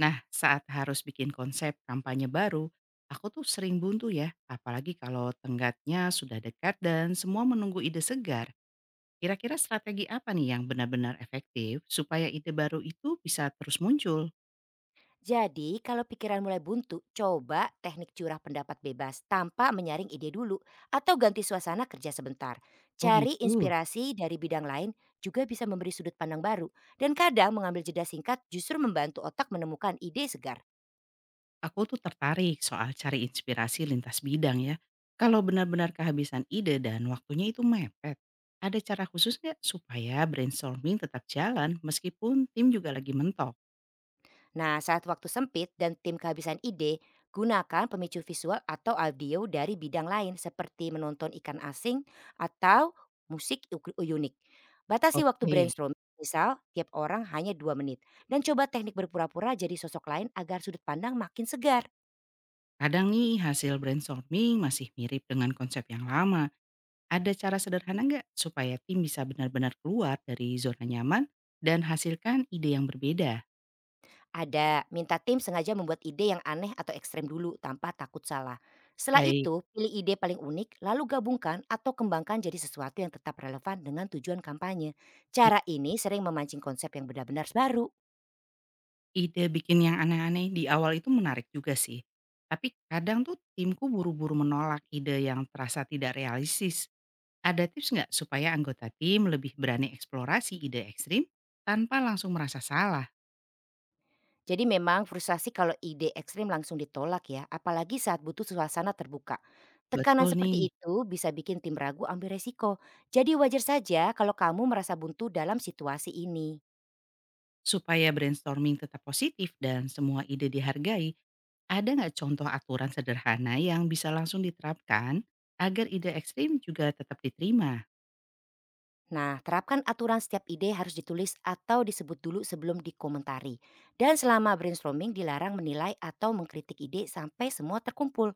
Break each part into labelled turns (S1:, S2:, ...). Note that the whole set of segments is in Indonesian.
S1: Nah, saat harus bikin konsep kampanye baru, aku tuh sering buntu ya, apalagi kalau tenggatnya sudah dekat dan semua menunggu ide segar. Kira-kira strategi apa nih yang benar-benar efektif supaya ide baru itu bisa terus muncul?
S2: Jadi, kalau pikiran mulai buntu, coba teknik curah pendapat bebas tanpa menyaring ide dulu atau ganti suasana kerja sebentar.
S1: Oh
S2: Cari
S1: gitu.
S2: inspirasi dari bidang lain juga bisa memberi sudut pandang baru dan kadang mengambil jeda singkat justru membantu otak menemukan ide segar.
S1: Aku tuh tertarik soal cari inspirasi lintas bidang ya. Kalau benar-benar kehabisan ide dan waktunya itu mepet, ada cara khusus nggak supaya brainstorming tetap jalan meskipun tim juga lagi mentok?
S2: Nah, saat waktu sempit dan tim kehabisan ide, gunakan pemicu visual atau audio dari bidang lain seperti menonton ikan asing atau musik unik. Batasi waktu
S1: Oke.
S2: brainstorm, misal tiap orang hanya 2 menit. Dan coba teknik berpura-pura jadi sosok lain agar sudut pandang makin segar.
S1: Kadang nih hasil brainstorming masih mirip dengan konsep yang lama. Ada cara sederhana nggak supaya tim bisa benar-benar keluar dari zona nyaman dan hasilkan ide yang berbeda?
S2: Ada, minta tim sengaja membuat ide yang aneh atau ekstrem dulu tanpa takut salah. Setelah
S1: Baik,
S2: itu, pilih ide paling unik, lalu gabungkan atau kembangkan jadi sesuatu yang tetap relevan dengan tujuan kampanye.
S1: i-
S2: Cara ini sering memancing konsep yang benar-benar baru.
S1: ide bikin yang aneh-aneh di awal itu menarik juga sih. Tapi kadang tuh timku buru-buru menolak ide yang terasa tidak realistis. Ada tips nggak supaya anggota tim lebih berani eksplorasi ide ekstrim tanpa langsung merasa salah?
S2: Jadi memang frustasi kalau ide ekstrem langsung ditolak ya, apalagi saat butuh suasana terbuka. Tekanan
S1: Betul nih.
S2: seperti itu bisa bikin tim ragu ambil resiko. Jadi wajar saja kalau kamu merasa buntu dalam situasi ini.
S1: Supaya brainstorming tetap positif dan semua ide dihargai, ada nggak contoh aturan sederhana yang bisa langsung diterapkan agar ide ekstrim juga tetap diterima?
S2: Nah, terapkan aturan setiap ide harus ditulis atau disebut dulu sebelum dikomentari. Dan selama brainstorming dilarang menilai atau mengkritik ide sampai semua terkumpul.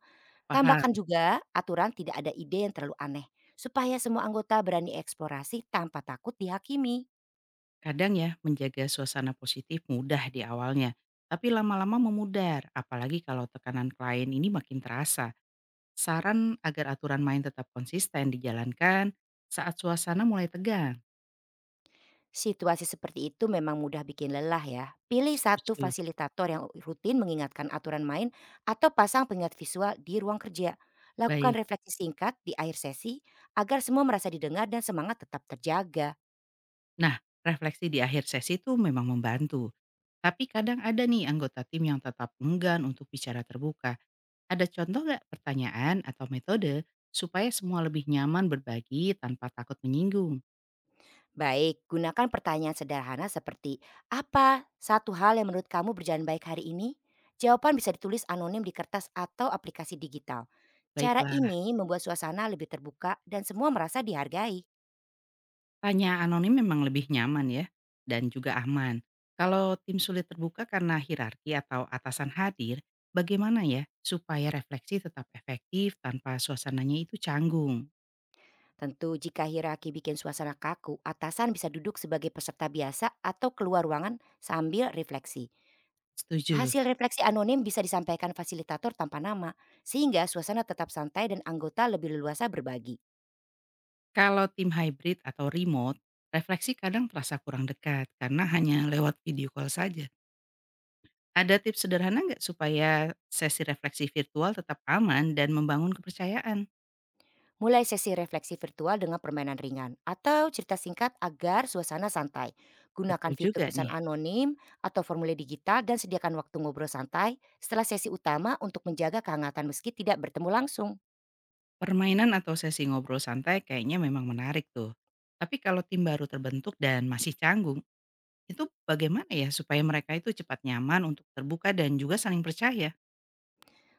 S1: Paham,
S2: Tambahkan juga aturan tidak ada ide yang terlalu aneh. Supaya semua anggota berani eksplorasi tanpa takut dihakimi.
S1: kadang ya menjaga suasana positif mudah di awalnya, tapi lama-lama memudar, apalagi kalau tekanan klien ini makin terasa. Saran agar aturan main tetap konsisten dijalankan saat suasana mulai tegang.
S2: Situasi seperti itu memang mudah bikin lelah ya. Pilih satu
S1: Setuju.
S2: fasilitator yang rutin mengingatkan aturan main atau pasang pengingat visual di ruang kerja. Lakukan
S1: Baik.
S2: refleksi singkat di akhir sesi agar semua merasa didengar dan semangat tetap terjaga.
S1: Nah, refleksi di akhir sesi itu memang membantu. Tapi kadang ada nih anggota tim yang tetap enggan untuk bicara terbuka. Ada contoh nggak pertanyaan atau metode supaya semua lebih nyaman berbagi tanpa takut menyinggung?
S2: Baik, gunakan pertanyaan sederhana seperti apa satu hal yang menurut kamu berjalan baik hari ini? Jawaban bisa ditulis anonim di kertas atau aplikasi digital. Cara
S1: Baiklah,
S2: ini membuat suasana lebih terbuka dan semua merasa dihargai.
S1: tanya anonim memang lebih nyaman ya dan juga aman. Kalau tim sulit terbuka karena hierarki atau atasan hadir, bagaimana ya supaya refleksi tetap efektif tanpa suasananya itu canggung?
S2: Tentu jika hierarki bikin suasana kaku, atasan bisa duduk sebagai peserta biasa atau keluar ruangan sambil refleksi.
S1: Setuju.
S2: Hasil refleksi anonim bisa disampaikan fasilitator tanpa nama, sehingga suasana tetap santai dan anggota lebih leluasa berbagi.
S1: Kalau tim hybrid atau remote, refleksi kadang terasa kurang dekat karena hanya lewat video call saja. Ada tips sederhana nggak supaya sesi refleksi virtual tetap aman dan membangun kepercayaan?
S2: Mulai sesi refleksi virtual dengan permainan ringan atau cerita singkat agar suasana santai.
S1: Betul
S2: Gunakan
S1: juga
S2: fitur
S1: nih,
S2: pesan anonim atau formulir digital dan sediakan waktu ngobrol santai setelah sesi utama untuk menjaga kehangatan meski tidak bertemu langsung.
S1: permainan atau sesi ngobrol santai kayaknya memang menarik tuh. Tapi kalau tim baru terbentuk dan masih canggung, itu bagaimana ya supaya mereka itu cepat nyaman untuk terbuka dan juga saling percaya?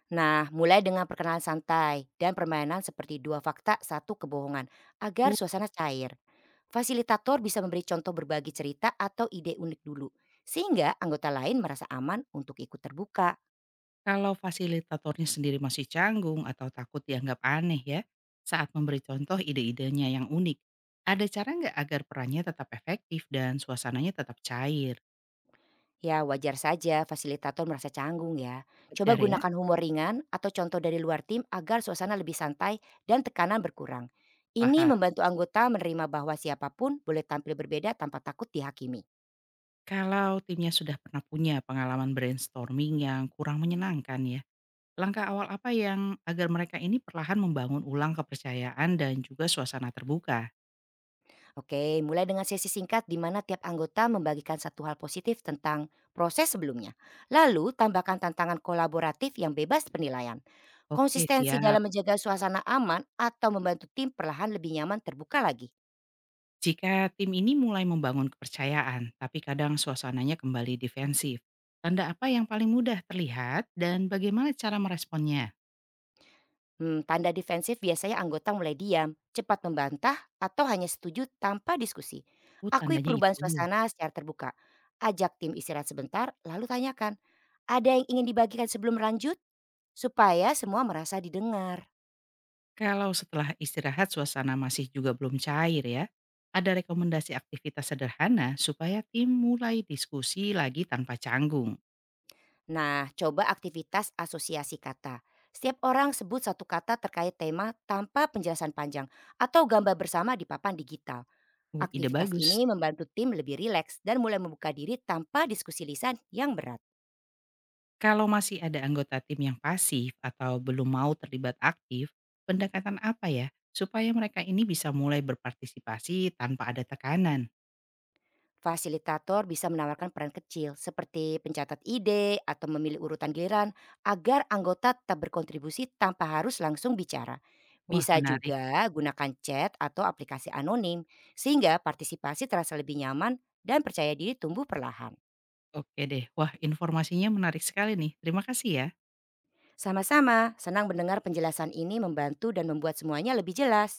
S2: Nah, mulai dengan perkenalan santai dan permainan seperti dua fakta, satu kebohongan, agar suasana cair. Fasilitator bisa memberi contoh berbagi cerita atau ide unik dulu, sehingga anggota lain merasa aman untuk ikut terbuka.
S1: Kalau fasilitatornya sendiri masih canggung atau takut dianggap aneh ya, saat memberi contoh ide-idenya yang unik, ada cara nggak agar perannya tetap efektif dan suasananya tetap cair?
S2: Ya, wajar saja fasilitator merasa canggung ya. Coba
S1: Wajar ya,
S2: gunakan humor ringan atau contoh dari luar tim agar suasana lebih santai dan tekanan berkurang. Ini
S1: paham.
S2: membantu anggota menerima bahwa siapapun boleh tampil berbeda tanpa takut dihakimi.
S1: Kalau timnya sudah pernah punya pengalaman brainstorming yang kurang menyenangkan ya, langkah awal apa yang agar mereka ini perlahan membangun ulang kepercayaan dan juga suasana terbuka?
S2: Oke, mulai dengan sesi singkat di mana tiap anggota membagikan satu hal positif tentang proses sebelumnya. Lalu, tambahkan tantangan kolaboratif yang bebas penilaian.
S1: Oke,
S2: Konsistensi
S1: siap.
S2: dalam menjaga suasana aman atau membantu tim perlahan lebih nyaman terbuka lagi.
S1: Jika tim ini mulai membangun kepercayaan, tapi kadang suasananya kembali defensif, tanda apa yang paling mudah terlihat dan bagaimana cara meresponnya?
S2: Hmm, tanda defensif biasanya anggota mulai diam, cepat membantah, atau hanya setuju tanpa diskusi.
S1: Oh,
S2: Akui
S1: tandanya itu.
S2: perubahan suasana secara terbuka. Ajak tim istirahat sebentar, lalu tanyakan, ada yang ingin dibagikan sebelum lanjut? Supaya semua merasa didengar.
S1: Kalau setelah istirahat suasana masih juga belum cair ya, ada rekomendasi aktivitas sederhana supaya tim mulai diskusi lagi tanpa canggung.
S2: Nah, coba aktivitas asosiasi kata. Setiap orang sebut satu kata terkait tema tanpa penjelasan panjang atau gambar bersama di papan digital.
S1: Oh, ide
S2: Aktivitas
S1: bagus.
S2: ini membantu tim lebih rileks dan mulai membuka diri tanpa diskusi lisan yang berat.
S1: Kalau masih ada anggota tim yang pasif atau belum mau terlibat aktif, pendekatan apa ya supaya mereka ini bisa mulai berpartisipasi tanpa ada tekanan?
S2: Fasilitator bisa menawarkan peran kecil seperti pencatat ide atau memilih urutan giliran agar anggota tetap berkontribusi tanpa harus langsung bicara.
S1: Wah
S2: Bisa
S1: menarik,
S2: juga gunakan chat atau aplikasi anonim sehingga partisipasi terasa lebih nyaman dan percaya diri tumbuh perlahan.
S1: oke deh. Wah informasinya menarik sekali nih, terima kasih ya.
S2: Sama-sama, senang mendengar penjelasan ini membantu dan membuat semuanya lebih jelas.